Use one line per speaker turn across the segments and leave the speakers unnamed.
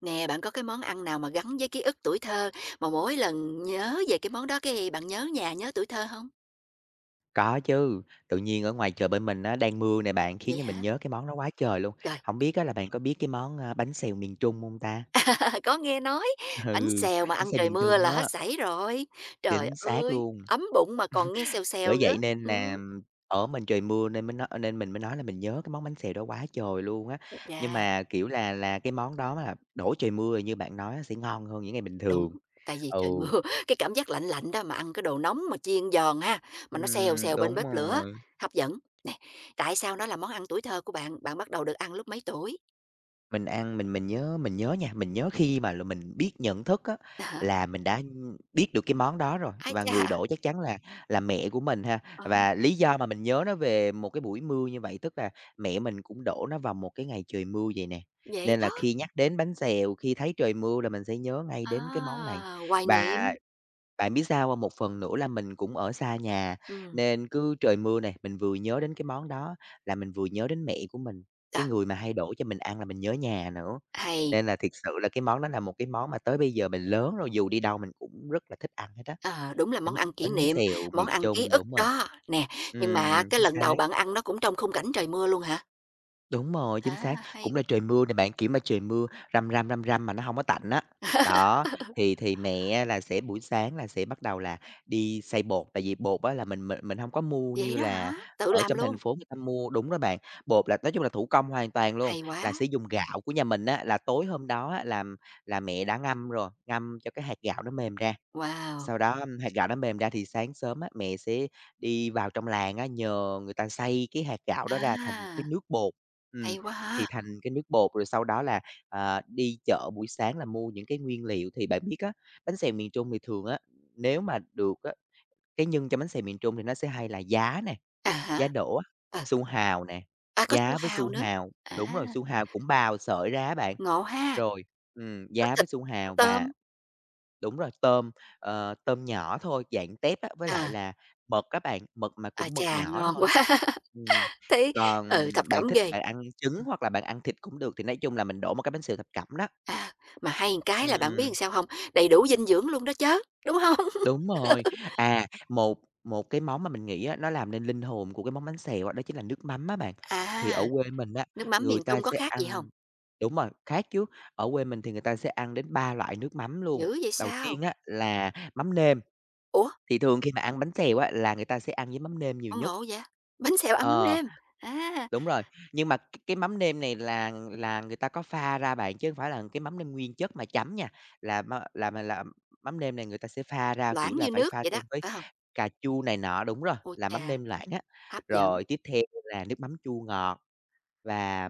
Nè, bạn có cái món ăn nào mà gắn với ký ức tuổi thơ, mà mỗi lần nhớ về cái món đó cái bạn nhớ nhà, nhớ tuổi thơ không?
Có chứ, tự nhiên ở ngoài trời bên mình á, đang mưa nè bạn, khiến
Vậy
cho mình
hả?
nhớ cái món đó quá trời luôn.
Trời,
Không biết á là bạn có biết cái món, bánh xèo miền Trung không ta?
có nghe nói, bánh
Ừ,
xèo mà
bánh
ăn
xèo
trời
miền
mưa là
Trung
hết
á,
sảy rồi. Trời
chính xác
ơi,
luôn.
ấm bụng mà còn nghe xèo xèo
Bởi
nữa.
vậy nên là ở mình trời mưa nên mới nói là mình nhớ cái món bánh xèo đó quá trời luôn á. Nhưng
Yeah,
mà, kiểu là, cái món đó là đổ trời mưa như bạn nói á, sẽ ngon hơn những ngày bình
đúng,
thường.
tại vì
Ừ,
trời mưa, cái cảm giác lạnh lạnh đó mà ăn cái đồ nóng mà chiên giòn ha, mà nó xèo xèo bên
đúng
bếp lửa,
rồi.
hấp dẫn. Nè, tại sao nó là món ăn tuổi thơ của bạn? Bạn bắt đầu được ăn lúc mấy tuổi?
Mình ăn mình nhớ nha, mình nhớ khi mà là mình biết nhận thức á,
Hả?
là mình đã biết được cái món đó rồi,
Ai
và
cha.
người đổ chắc chắn là mẹ của mình ha.
Ờ,
Và lý do mà mình nhớ nó về một cái buổi mưa như vậy, tức là mẹ mình cũng đổ nó vào một cái ngày trời mưa vậy nè,
vậy
nên
đó.
là khi nhắc đến bánh xèo, khi thấy trời mưa là mình sẽ nhớ ngay
À,
đến cái món này.
hoài
Và
niệm,
bạn biết sao hông? Một phần nữa là mình cũng ở xa nhà,
ừm,
nên cứ trời mưa này, mình vừa nhớ đến cái món đó là mình vừa nhớ đến mẹ của mình,
đó,
cái người mà hay đổ cho mình ăn là mình nhớ nhà nữa.
hay,
Nên là thiệt sự là cái món đó là một cái món mà tới bây giờ mình lớn rồi, dù đi đâu mình cũng rất là thích ăn hết á,
ờ, đúng là món
bánh
ăn kỷ
bánh
niệm,
xèo
món
miền
ăn ký
Trung,
ức
đúng rồi.
đó, nè, nhưng mà cái
Chính
lần đầu
xác.
bạn ăn nó cũng trong khung cảnh trời mưa luôn hả?
Đúng rồi, chính xác.
À, hay
Cũng
quá,
là trời mưa nè bạn, kiểu mà trời mưa răm răm, răm răm mà nó hông có tạnh á. Đó, thì mẹ là sẽ buổi sáng là sẽ bắt đầu là đi xay bột, tại vì bột á là mình hông có mua
vậy
như
đó
là
hả? Tự
ở
làm
trong thành
luôn,
phố người ta mua đúng đó bạn, bột là nói chung là thủ công hoàn toàn luôn,
hay quá,
là sẽ dùng gạo của nhà mình á, là tối hôm đó á là mẹ đã ngâm rồi, ngâm cho cái hạt gạo nó mềm ra.
wow,
Sau đó, ưm, hạt gạo nó mềm ra thì sáng sớm á, mẹ sẽ đi vào trong làng á, nhờ người ta xay cái hạt gạo đó ra thành cái
à,
nước bột. Ừm,
hay quá ha,
thì thành cái nước bột rồi sau đó là, à, đi chợ buổi sáng là mua những cái nguyên liệu. Thì bạn biết á, bánh xèo miền Trung thì thường á, nếu mà được á, cái nhân cho bánh xèo miền Trung thì nó sẽ hay là giá nè,
à hả?
giá đỗ á,
Ờ,
su hào nè,
à, có su
giá với
hào
su
nữa,
hào
à,
đúng rồi, su hào cũng bào sợi ra á bạn,
ngộ ha,
rồi,
có
giá với
thịt,
su
có
hào và
tôm,
đúng rồi, tôm, ờ, tôm nhỏ thôi, dạng tép á, với lại
à,
là mực á bạn, mực mà
à
cũng mực
chà,
nhỏ
ngon
thôi.
quá,
Ừm,
thấy,
còn
ừ, thập
bạn
cẩm
thích
ghê.
bạn ăn
Ừ.
trứng hoặc là bạn ăn thịt cũng được, thì nói chung là mình đổ một cái bánh xèo thập cẩm đó.
À, mà hay một cái là bạn biết làm
Ừm,
sao không? Đầy đủ dinh dưỡng luôn đó chứ đúng không?
đúng rồi. À, một một cái món mà mình nghĩ á, nó làm nên linh hồn của cái món bánh xèo á, đó chính là nước mắm á bạn. Thì ở
À,
quê mình á,
nước mắm
người
miền
ta
Trung có
sẽ
khác gì không?
ăn đúng rồi, khác chứ, ở quê mình thì người ta sẽ ăn đến 3 loại nước mắm luôn.
Dữ vậy
Đầu
sao?
tiên á là mắm nêm.
Ủa,
Thì thường khi mà ăn bánh xèo á, là người ta sẽ ăn với mắm nêm nhiều
sao
nhất.
ngộ vậy? Bánh xèo ăn mắm
Ờ,
nêm, à,
đúng rồi, nhưng mà cái mắm nêm này là người ta có pha ra bạn, chứ hông phải là cái mắm nêm nguyên chất mà chấm nha, là ma là mà là mắm nêm này người ta sẽ pha ra, kiểu
loãng
là,
như
phải
nước
pha
vậy đó,
thêm với
phải không?
cà chua này nọ đúng rồi,
Ôi
là mắm
chà,
nêm loãng á.
hấp dẫn,
Rồi tiếp theo là nước mắm chua ngọt và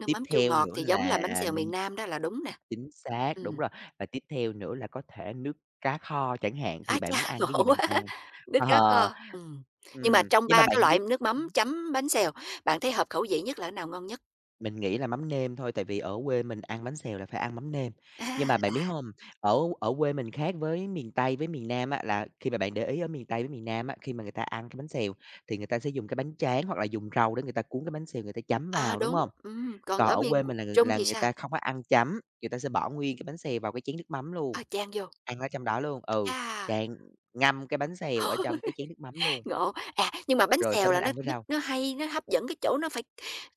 nước
tiếp
mắm chua
theo
ngọt
nữa
thì giống là
là
bánh xèo miền Nam đó là đúng nè.
chính xác,
Ừ.
đúng rồi. Và tiếp theo nữa là có thể nước cá kho chẳng hạn, thì
Á
bạn muốn
cha,
ăn cái
ngộ
gì
quá,
bạn ăn.
nước cá
Ờ,
kho. Nhưng mà trong
nhưng mà
3 cái
bạn
loại
biết
nước mắm chấm bánh xèo, bạn thấy hợp khẩu vị nhất là cái nào ngon nhất?
mình nghĩ là mắm nêm thôi, tại vì ở quê mình ăn bánh xèo là phải ăn mắm nêm. Nhưng
À,
mà bạn biết
lạ,
hông, ở ở quê mình khác với miền Tây với miền Nam á, là khi mà bạn để ý ở miền Tây với miền Nam á, khi mà người ta ăn cái bánh xèo thì người ta sẽ dùng cái bánh tráng hoặc là dùng rau để người ta cuốn cái bánh xèo người ta chấm
ờ,
vào, đúng
đúng,
hông?
còn
Còn
ở
ở
miền
quê mình là
Trung thì
người
sao?
ta không có ăn chấm, người ta sẽ bỏ nguyên cái bánh xèo vào cái chén nước mắm luôn.
Ờ, chan vô,
Ăn ở trong đó luôn, ừ,
chà!
chàng ngâm cái bánh xèo ở trong cái chén nước mắm luôn,
Ngộ. À, nhưng mà bánh
rồi sau
xèo
đó
là
mình
nó
ăn với
nó
rau.
nó hay, nó hấp dẫn cái chỗ nó phải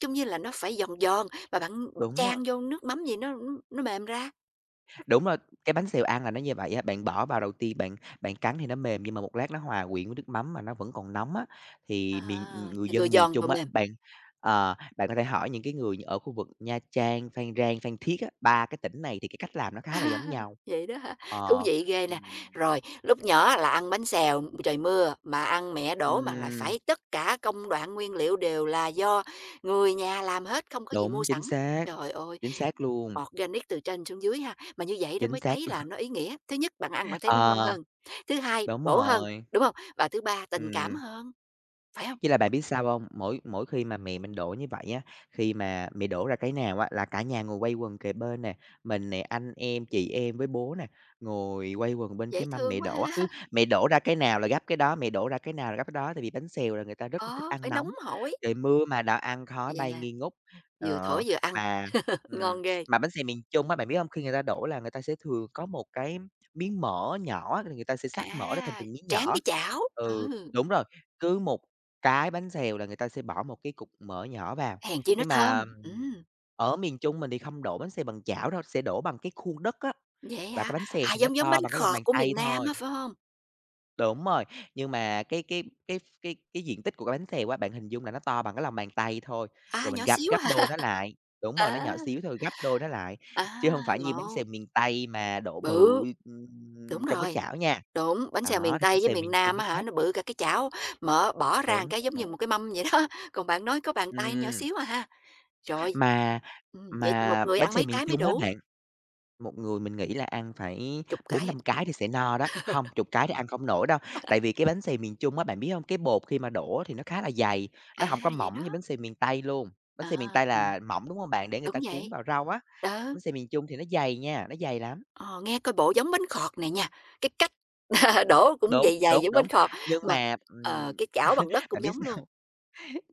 trông như là nó phải giòn giòn, mà bạn b
Đúng rồi,
chan vô nước mắm gì nó mềm ra.
đúng rồi, cái bánh xèo ăn là nó như vậy á, bạn bỏ vào đầu tiên bạn bạn cắn thì nó mềm nhưng mà một lát nó hòa quyện với nước mắm mà nó vẫn còn nóng á,
À,
thì miền người
thì vừa
dân miền
giòn vừa
Trung á,
mềm.
bạn, ờ, bạn có thể hỏi những cái người ở khu vực Nha Trang, Phan Rang, Phan Thiết á, 3 cái tỉnh này thì cái cách làm nó khá là
À,
giống nhau.
vậy đó hả? Thú
Ờ,
vị ghê nè.
ừm,
Rồi, lúc nhỏ là ăn bánh xèo trời mưa mà ăn mẹ đổ mà lại
ừm,
phải tất cả công đoạn nguyên liệu đều là do người nhà làm hết, không có gì mua
đúng,
sẵn. Trời ơi,
chính xác luôn,
organic từ trên xuống dưới ha. Mà như vậy đó
chính
mới
xác.
thấy là nó ý nghĩa. Thứ nhất, bạn ăn bạn thấy nó ngon
Ờ,
hơn. Thứ hai,
đúng
bổ hơn,
rồi.
đúng không? Và thứ ba, tình cảm
Ừm,
hơn, phải không?
với lại bạn biết sao hông? Mỗi mỗi khi mà mẹ mình đổ như vậy á, khi mà mẹ đổ ra cái nào á là cả nhà ngồi quây quần kề bên nè, mình nè, anh em, chị em với bố nè, ngồi quây quần bên
Dễ
cái mâm mẹ
thương quá
đổ á.
ha.
Cứ mẹ đổ ra cái nào là gắp cái đó, mẹ đổ ra cái nào là gắp cái đó, tại vì bánh xèo là người ta rất là thích
Ờ,
ăn
phải nóng
nóng.
hổi.
Trời mưa mà đã ăn khói bay
Yeah,
nghi ngút.
vừa thổi
Ờ,
vừa ăn,
mà ừm,
ngon ghê.
mà bánh xèo miền Trung á, bạn biết hông? Khi người ta đổ là người ta sẽ thường có một cái miếng mỡ nhỏ, người ta sẽ xắt mỡ ra thành
À,
từng miếng
tráng
nhỏ.
cái chảo.
Ừ,
Ừ.
đúng rồi, cứ một cái bánh xèo là người ta sẽ bỏ một cái cục mỡ nhỏ vào,
Hèn chi nó
nhưng
thơm,
mà ở miền Trung mình thì không đổ bánh xèo bằng chảo đâu, sẽ đổ bằng cái khuôn đất á,
vậy
và
hả?
cái bánh xèo
À,
thì nó
giống giống
to
bánh
bằng cái lòng
khọt
bàn
của
tay
miền Nam á,
thôi.
phải hông?
Đúng rồi, nhưng mà cái diện tích của cái bánh xèo á, bạn hình dung là nó to bằng cái lòng bàn tay thôi,
À,
rồi mình
nhỏ
gấp
xíu à,
gấp đôi nó lại. Đúng rồi, nó
ờ,
nhỏ xíu thôi, gấp đôi nó lại,
à,
chứ hông phải như bánh
ngon,
xèo miền Tây mà đổ bự,
bự, đúng
trong cái
rồi,
chảo nha.
đúng, bánh xèo
Đó,
miền
thì bánh
Tây với
xèo
miền
miền Trung
Nam
nó
á hả,
khác
nó
vậy.
bự cả cái chảo, mở bỏ ra một
Đúng
cái giống như
rồi,
một cái mâm vậy đó, còn bạn nói có bàn tay nhỏ
ừm.
xíu à ha. Rồi,
Mà
vậy thì một
mà
người
bánh
ăn
xèo
mấy
miền
cái mới
Trung á
đủ?
bạn, một người mình nghĩ là ăn phải
Chục
bốn
cái, à.
năm cái thì sẽ no đó, hông, chục cái thì ăn không nổi đâu. Tại vì cái bánh xèo miền Trung á, bạn biết hông? Cái bột khi mà đổ thì nó khá là dày, nó
À,
hổng có
vậy
mỏng
đó,
như bánh xèo miền Tây luôn. Bánh xèo miền
ờ,
Tây
ừm,
là mỏng, đúng hông bạn? Để người
đúng
ta cuốn
vậy,
vào rau á.
ừ.
Bánh xèo miền Trung thì nó dày nha, nó dày lắm.
Ờ, nghe coi bộ giống bánh khọt này nha, cái cách đổ cũng
Đúng,
dày dày
đúng,
giống bánh
đúng.
khọt,
Nhưng
mà,
mà,
ờ, cái chảo bằng đất
bạn
cũng
biết
giống luôn.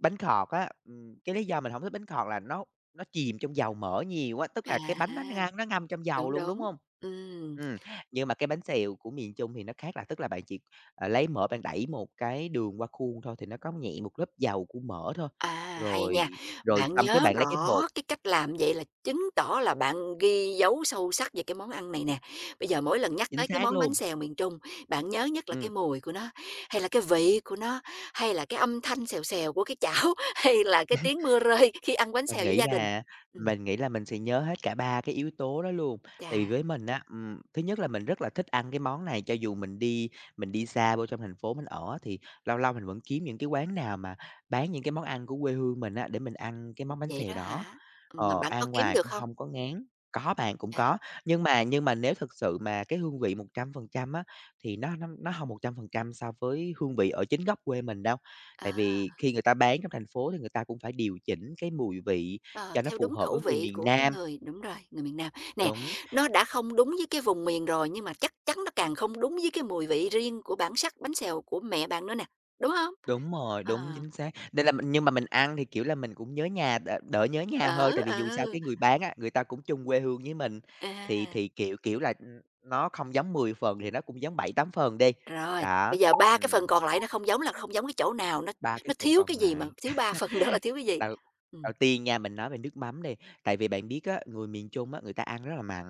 bánh khọt á, cái lý do mình hổng thích bánh khọt là nó chìm trong dầu mỡ nhiều á, tức
À
là cái bánh nó
ha,
ngang nó ngâm trong dầu
đúng,
luôn, đúng
đúng.
hông?
Ừm,
Ừm, nhưng mà cái bánh xèo của miền Trung thì nó khác là tức là bạn chỉ, ờ, lấy mỡ bạn đẩy một cái đường qua khuôn thôi thì nó có nhẹ một lớp dầu của mỡ thôi,
à, hay
rồi
nha.
rồi
Bạn
xong cái
nhớ
bạn lấy cái
rõ
bột
cái cách làm vậy là chứng tỏ là bạn ghi dấu sâu sắc về cái món ăn này nè. Bây giờ mỗi lần nhắc
chính
tới cái
xác
món bánh
luôn,
xèo miền Trung, bạn nhớ nhất là cái
ừm.
mùi của nó, hay là cái vị của nó, hay là cái âm thanh xèo xèo của cái chảo, hay là cái tiếng mưa rơi khi ăn bánh xèo
Mình
với
nghĩ
gia đình?
là
Ừm,
mình nghĩ là mình sẽ nhớ hết cả 3 cái yếu tố đó luôn. Tại vì
chà.
với mình á, thứ nhất là mình rất là thích ăn cái món này, cho dù mình đi xa vô trong thành phố mình ở thì lâu lâu mình vẫn kiếm những cái quán nào mà bán những cái món ăn của quê hương mình á, để mình ăn cái món bánh
Vậy
xèo
đó
đó.
hả? Mà
Ờ,
bạn có
ăn
kiếm
hoài
được
cũng
không?
không có ngán. Có bạn, cũng
À,
có, nhưng mà nếu thực sự mà cái hương vị 100% á, thì nó hông 100% so với hương vị ở chính gốc quê mình đâu. Tại
à,
vì khi người ta bán trong thành phố thì người ta cũng phải điều chỉnh cái mùi vị
ờ,
cho nó
theo
phù
đúng
hợp
khẩu
với người
vị
miền
của cái
Nam.
người đúng rồi, người miền Nam. Nè,
Đúng,
nó đã không đúng với cái vùng miền rồi, nhưng mà chắc chắn nó càng không đúng với cái mùi vị riêng của bản sắc bánh xèo của mẹ bạn nữa nè, đúng không?
đúng rồi, đúng,
Ờ,
chính xác. Nên là mình nhưng mà mình ăn thì, kiểu là, mình cũng nhớ nhà, đỡ nhớ nhà hơn,
đỡ,
tại vì dù sao
ừ,
cái người bán á, người ta cũng chung quê hương với mình, thì
à,
thì, kiểu là, nó không giống 10 phần thì nó cũng giống bảy tám phần đi.
rồi,
Đó,
bây giờ ba cái
ừm,
phần còn lại nó không giống là không giống cái chỗ nào,
3 cái
nó
phần
thiếu cái
còn
gì mà
lại.
thiếu 3 phần đó là thiếu cái gì?
Đầu
Ừm,
đầu tiên nha, mình nói về nước mắm đi, tại vì bạn biết á, người miền Trung á, người ta ăn rất là mặn,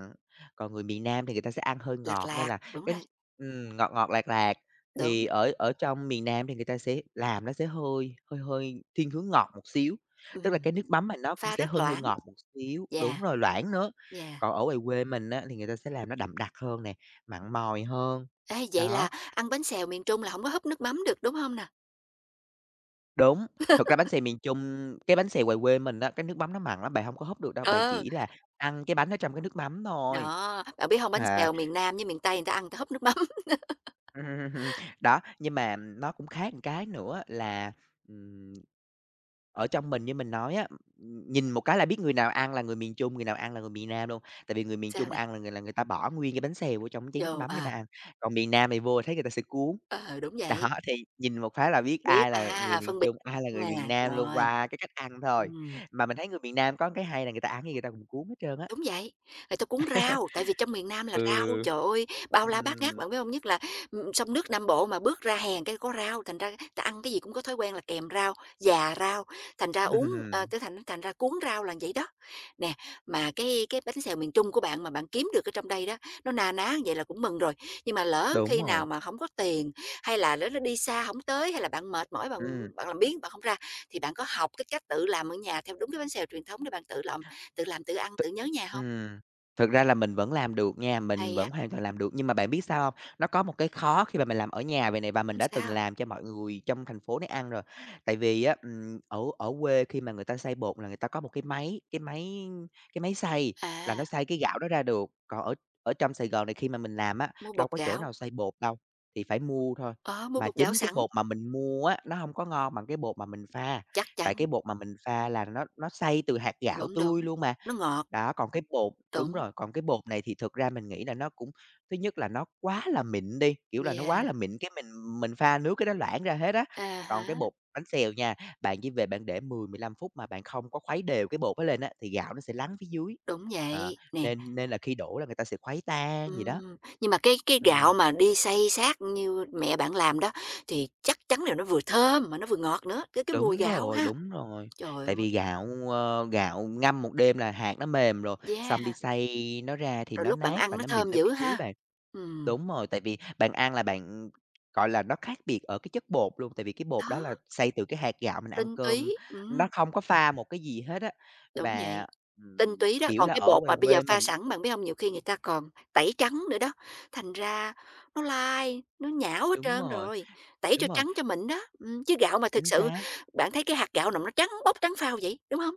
còn người miền Nam thì người ta sẽ ăn hơi
lạt
ngọt nên
lạt,
là
đúng
cái
rồi,
ngọt ngọt, lạt lạt.
đúng,
Thì ở ở trong miền Nam thì người ta sẽ làm nó sẽ hơi hơi hơi thiên hướng ngọt một xíu, tức là
ừm,
cái nước mắm mà nó cũng
pha
sẽ
rất
hơi hơi
loãng,
ngọt một xíu đúng
yeah,
rồi, loãng nữa.
yeah.
Còn ở ngoài quê mình á, thì người ta sẽ làm nó đậm đặc hơn nè, mặn mòi hơn,
Ê, vậy là
đó.
ăn bánh xèo miền Trung là không có húp nước mắm được, đúng không nè?
Đúng, thực ra bánh xèo miền Trung, cái bánh xèo ngoài quê mình á, cái nước mắm nó mặn lắm, bạn hông có húp được đâu, bạn
Ờ,
chỉ là ăn cái bánh ở trong cái nước mắm thôi.
đó, bạn biết không, bánh
À,
xèo miền Nam với miền Tây người ta ăn người ta húp nước mắm,
ừm, ừm, ừm, đó, nhưng mà nó cũng khác một cái nữa là, ừm, ở trong mình như mình nói á, nhìn một cái là biết người nào ăn là người miền Trung, người nào ăn là người miền Nam luôn. Tại vì người miền
sao
Trung
nè?
ăn là người ta bỏ nguyên cái bánh xèo vô trong cái chén nước
Vô
mắm
ờ,
người ta ăn, còn miền Nam thì vô thấy người ta sẽ cuốn.
ờ, đúng
Đó,
vậy,
thì nhìn một phát là biết
biết,
ai là người
à,
miền
phân biệt
Trung, ai là người miền
nè,
Nam luôn
rồi,
qua cái cách ăn thôi.
ừm.
Mà mình thấy người miền Nam có cái hay là người ta ăn cái gì người ta cũng cuốn hết trơn á.
Đúng vậy, người ta cuốn rau, tại vì trong miền Nam là
Ừ.
rau, trời ơi, bao la bát ngát,
Ừm,
bạn biết không? Nhất là, sông nước Nam Bộ mà bước ra hàng cái có rau, thành ra ta ăn cái gì cũng có thói quen là kèm rau, già rau, thành ra uống ờ, tới thành thành ra cuốn rau là vậy đó. Nè, mà cái bánh xèo miền Trung của bạn mà bạn kiếm được ở trong đây đó, nó na ná vậy là cũng mừng rồi, nhưng mà lỡ
đúng
khi
rồi,
nào mà không có tiền, hay là lỡ nó đi xa không tới, hay là bạn mệt mỏi bạn
ừm.
bạn làm biếng bạn không ra, thì bạn có học cái cách tự làm ở nhà theo đúng cái bánh xèo truyền thống để bạn tự làm? Tự làm tự ăn,
Thực
tự nhớ nhà hông?
ừm, thực ra là mình vẫn làm được nha, mình
Hay á.
vẫn hoàn toàn làm được, nhưng mà bạn biết sao hông? Nó có một cái khó khi mà mình làm ở nhà vầy nè, và mình đã từng
Sao?
làm cho mọi người trong thành phố này ăn rồi. Tại vì á, ở ở quê khi mà người ta xay bột là người ta có một cái máy xay là
À,
nó xay cái gạo đó ra được, còn ở ở trong Sài Gòn này khi mà mình làm á,
mua bột
đâu có chỗ
gạo,
nào xay bột đâu, thì phải mua thôi.
ờ, mua
Mà
bột gạo
chính cái
sẵn,
bột mà mình mua á, nó hông có ngon bằng cái bột mà mình pha.
chắc
Tại cái
chắn,
bột mà mình pha là nó xay từ hạt gạo
đúng,
tươi
đúng,
luôn mà.
nó ngọt,
Đó, còn cái bột đúng
đúng,
rồi, còn cái bột này thì thực ra mình nghĩ là nó cũng thứ nhất là nó quá là mịn đi, kiểu là, nó
yeah,
quá là mịn cái mình pha nước cái nó loãng ra hết á.
à
Còn cái
há,
bột bánh xèo nha, bạn chỉ về bạn để 10-15 phút mà bạn không có khuấy đều cái bột đó lên á, thì gạo nó sẽ lắng phía dưới.
đúng
Ờ,
vậy, nè.
nên nên là khi đổ là người ta sẽ khuấy tan gì đó.
Nhưng mà cái gạo
Ừm.
mà đi xay xát như mẹ bạn làm đó thì chắc chắn là nó vừa thơm mà nó vừa ngọt nữa, cái mùi
Đúng
gạo
rồi,
ha.
đúng rồi.
Trời ơi,
Tại vì gạo, ơ, gạo ngâm một đêm là hạt nó mềm rồi, xong đi
yeah,
xay nó ra thì
rồi
nó
lúc bạn
nát
ăn
và
nó
nó mịn
thơm
ở
dữ
phía dưới
ha.
bạn.
Ừm,
Đúng rồi, tại vì bạn ăn là bạn, gọi là, nó khác biệt ở cái chất bột luôn, tại vì cái
đó,
bột đó là xay từ cái hạt gạo mình ăn
tinh túy,
cơm, nó không có pha một cái gì hết á.
đúng vậy.
Và,
Tinh túy đó,
kiểu
còn
là,
cái
ở
bột
ngoài
mà bây giờ
quê
pha
mình á,
sẵn bạn biết không, nhiều khi người ta còn tẩy trắng nữa đó, thành ra nó lai, nó nhão hết
đúng
trơn
rồi,
rồi, tẩy cho
đúng rồi,
trắng cho mịn đó, chứ gạo mà thực
chính
sự
xác.
bạn thấy cái hạt gạo nào nó trắng bóc trắng phao vậy, đúng không?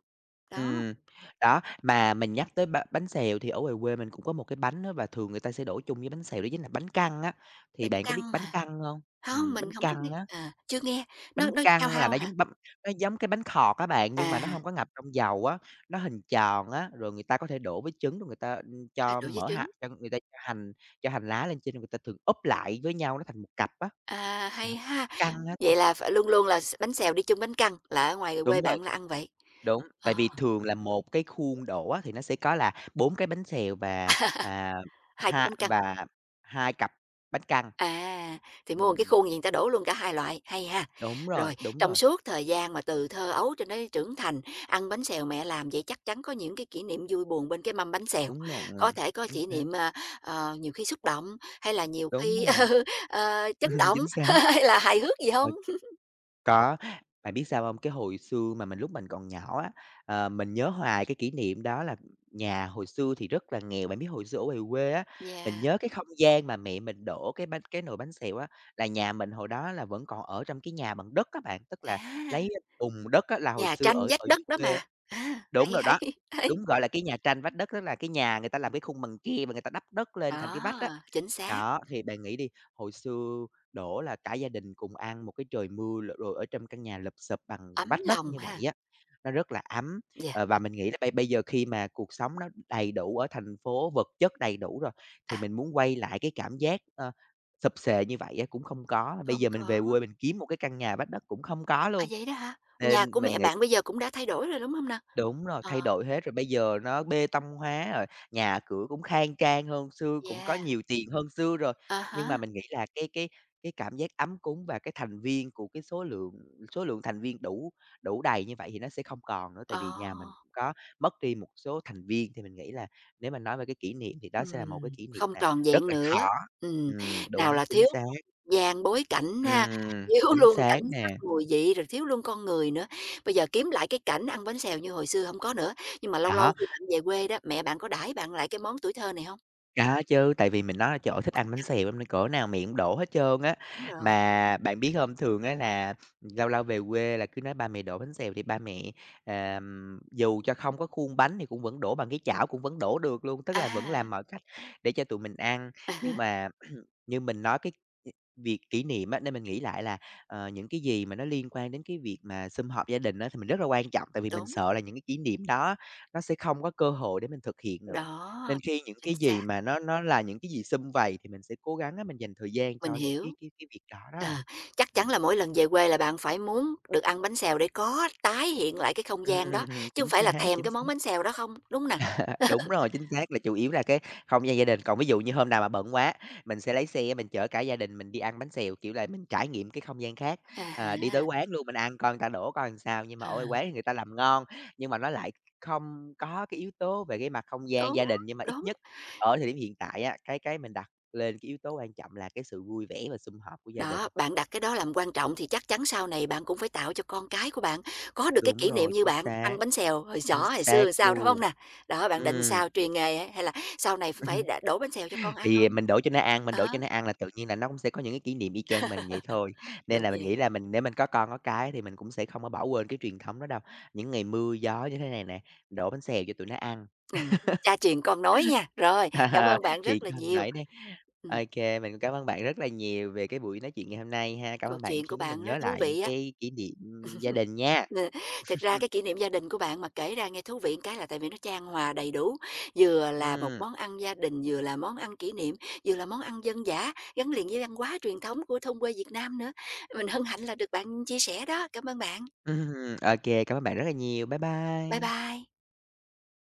Đó,
Ừm, đó, mà mình nhắc tới bánh xèo thì ở ngoài quê mình cũng có một cái bánh á và thường người ta sẽ đổ chung với bánh xèo đó chính là bánh căn á, thì
bánh
bạn có biết
căn
bánh
hả?
căn hông?
Không, mình
Bánh
không có nghe
căn á,
à, chưa nghe,
bánh
nó hao
căn là
hao
nó
hả?
giống băm nó giống cái bánh khọt á bạn, nhưng
À
mà nó hông có ngập trong dầu á, nó hình tròn á, rồi người ta có thể đổ với trứng, rồi người ta,
à,
cho
đổi với
mỡ
trứng,
hạt, cho người ta, cho hành lá lên trên, rồi người ta thường úp lại với nhau nó thành một cặp á.
à, hay
Bạn
ha.
căn á ta,
Vậy là phải luôn luôn là s bánh xèo đi chung bánh căn, là ở ngoài quê
đúng rồi.
bạn là ăn vậy,
Đúng,
ờ,
tại vì thường là một cái khuôn đổ á thì nó sẽ có là 4 cái bánh xèo và, à,
2 cái bánh
hai
căn.
và 2 cặp bánh căn.
À, thì mua một cái
Ừm,
khuôn gì người ta đổ luôn cả hai loại, hay ha.
đúng rồi,
Rồi,
đúng
trong
rồi,
suốt thời gian mà từ thơ ấu cho đến trưởng thành, ăn bánh xèo mẹ làm, vậy chắc chắn có những cái kỷ niệm vui buồn bên cái mâm bánh xèo.
đúng
Có
rồi,
thể có
chính
kỷ
xác,
niệm, à, ờ, nhiều khi xúc động, hay là nhiều
đúng
khi,
rồi,
ờ, chấn động,
chính xác.
hay là hài hước gì
Ô,
không?
có, bạn biết sao không? Cái hồi xưa mà mình, lúc mình còn nhỏ á, ờ, mình nhớ hoài cái kỷ niệm đó là nhà hồi xưa thì rất là nghèo. Bạn biết hồi xưa ở ngoài quê á, mình
Nhà
nhớ cái không gian mà mẹ mình đổ cái nồi bánh xèo á, là nhà mình hồi đó là vẫn còn ở trong cái nhà bằng đất á bạn, tức là
à,
lấy bùn đất á, là hồi
nhà
xưa
tranh
ở
vách
ở dưới
đất đó
quê,
mà. À,
đúng
hay,
rồi
hay,
đó,
hay.
đúng, gọi là, cái nhà tranh vách đất, tức là cái nhà người ta làm cái khung bằng tre và người ta đắp đất lên thành cái vách á.
Đó, chính xác,
Đó, thì bạn nghĩ đi, hồi xưa đổ là cả gia đình cùng ăn một cái trời mưa rồi ở trong căn nhà lụp xụp bằng
ấm
vách đất
lòng
như
ha.
vậy á, nó rất là ấm.
Dạ,
Ờ, và mình nghĩ là bây bây giờ khi mà cuộc sống nó đầy đủ ở thành phố, vật chất đầy đủ rồi,
à,
thì mình muốn quay lại cái cảm giác, ơ, xụp xề như vậy á cũng không có. Bây
không
giờ mình
có.
về quê mình kiếm một cái căn nhà vách đất cũng không có
À,
luôn,
vậy đó hả? Nhà của
nên mình
mẹ
nghĩ.
bạn bây giờ cũng đã thay đổi rồi, đúng hông nè?
Đúng rồi,
Ờ,
thay đổi hết rồi, bây giờ nó bê tông hóa rồi, nhà cửa cũng khang trang hơn xưa, cũng có
yeah,
nhiều tiền hơn xưa rồi.
à há,
Nhưng mà mình nghĩ là cái cảm giác ấm cúng và cái thành viên của cái số lượng thành viên đủ đủ đầy như vậy thì nó sẽ không còn nữa,
ờ,
tại vì nhà mình cũng có mất đi một số thành viên, thì mình nghĩ là nếu mà nói về cái kỷ niệm thì đó sẽ là một cái kỷ niệm
không
mà
tròn
rất
vẹn
là
nữa,
khó.
ừm,
Đúng,
nào là
chính
thiếu
xác.
không gian, bối cảnh ha, thiếu
Chính
luôn
xác
cảnh sắc,
nè,
mùi vị, rồi thiếu luôn con người nữa. Bây giờ kiếm lại cái cảnh ăn bánh xèo như hồi xưa hổng có nữa, nhưng mà lâu lâu
đó.
khi bạn về quê đó, mẹ bạn có đãi bạn lại cái món tuổi thơ này hông?
Có chứ, tại vì mình nói là "Trời ơi, thích ăn bánh xèo lắm nên cỡ nào miệng cũng đổ hết trơn á."
Đúng rồi,
Mà bạn biết không, thường á là lâu lâu về quê là cứ nói ba mẹ đổ bánh xèo thì ba mẹ, dù cho không có khuôn bánh thì cũng vẫn đổ bằng cái chảo, cũng vẫn đổ được luôn, tức là vẫn
à,
làm mọi cách để cho tụi mình ăn.
à há,
Nhưng mà như mình nói cái việc kỷ niệm á, nên mình nghĩ lại là, ờ, những cái gì mà nó liên quan đến cái việc mà sum họp gia đình á, thì mình rất là quan trọng, tại vì mình
đúng,
sợ là những cái kỷ niệm đó nó sẽ không có cơ hội để mình thực hiện nữa.
đó,
Nên khi những
chính
cái gì
xác,
mà nó là những cái gì sum vầy thì mình sẽ cố gắng á, mình dành thời gian
mình
cho những
hiểu.
cái việc đó đó
Ờ,
bạn.
chắc chắn
Ừm.
là mỗi lần về quê là bạn phải muốn được ăn bánh xèo để có tái hiện lại cái không gian đó, chứ không
Chính
phải là
xác,
thèm
chính
cái
xác.
món bánh xèo đó không, đúng nè?
À, đúng rồi, chính xác là chủ yếu là cái không gian gia đình. Còn ví dụ như hôm nào mà bận quá, mình sẽ lấy xe mình chở cả gia đình mình đi ăn bánh xèo, kiểu là, mình trải nghiệm cái không gian khác.
À
Ờ, đi tới
há,
quán luôn mình ăn coi người ta đổ coi làm sao, nhưng mà
ờ,
ở quán thì người ta làm ngon, nhưng mà nó lại không có cái yếu tố về cái mặt không gian
đúng,
gia đình. Nhưng mà ít
đúng.
nhất ở thời điểm hiện tại á, cái mình đặt lên cái yếu tố quan trọng là cái sự vui vẻ và sum họp của gia đình.
Đó, bạn đặt cái đó làm quan trọng thì chắc chắn sau này bạn cũng phải tạo cho con cái của bạn có được cái
Đúng
kỷ niệm
rồi,
như bạn ăn bánh xèo hồi
chính
nhỏ, hồi xưa
xác
làm sao, đúng hông
luôn.
nè? Đó, bạn
Ừ.
định sao, truyền nghề á, hay là sau này cũng phải đ đổ bánh xèo cho con ăn
Thì
không?
mình đổ cho nó ăn, mình đổ
Đó,
cho nó ăn là tự nhiên là nó cũng sẽ có những cái kỷ niệm y chang mình vậy thôi. Nên
đúng
là mình
vậy.
nghĩ là mình, nếu mình có con có cái thì mình cũng sẽ không có bỏ quên cái truyền thống đó đâu. Những ngày mưa gió như thế này nè, đổ bánh xèo cho tụi nó ăn.
Cha truyền con nói nha. Rồi, cảm ơn bạn rất
Chuyện
là
cần
nhiều.
nãy đây.
Ừm.
OK, mình cũng cảm ơn bạn rất là nhiều về cái buổi nói chuyện ngày hôm nay ha. Cảm
Câu
ơn bạn
chuyện của
khiến cho mình
bạn nó
nhớ
thú
lại những
vị á.
cái kỷ niệm gia đình nha.
Ừ, thực ra cái kỷ niệm gia đình của bạn mà kể ra nghe thú vị một cái là tại vì nó chan hòa đầy đủ, vừa là một
Ừm,
món ăn gia đình, vừa là món ăn kỷ niệm, vừa là món ăn dân dã, gắn liền với văn hóa truyền thống của thôn quê Việt Nam nữa. Mình hân hạnh là được bạn chia sẻ đó. Cảm ơn bạn.
OK, cảm ơn bạn rất là nhiều. Bye
Bye
bye.
bye.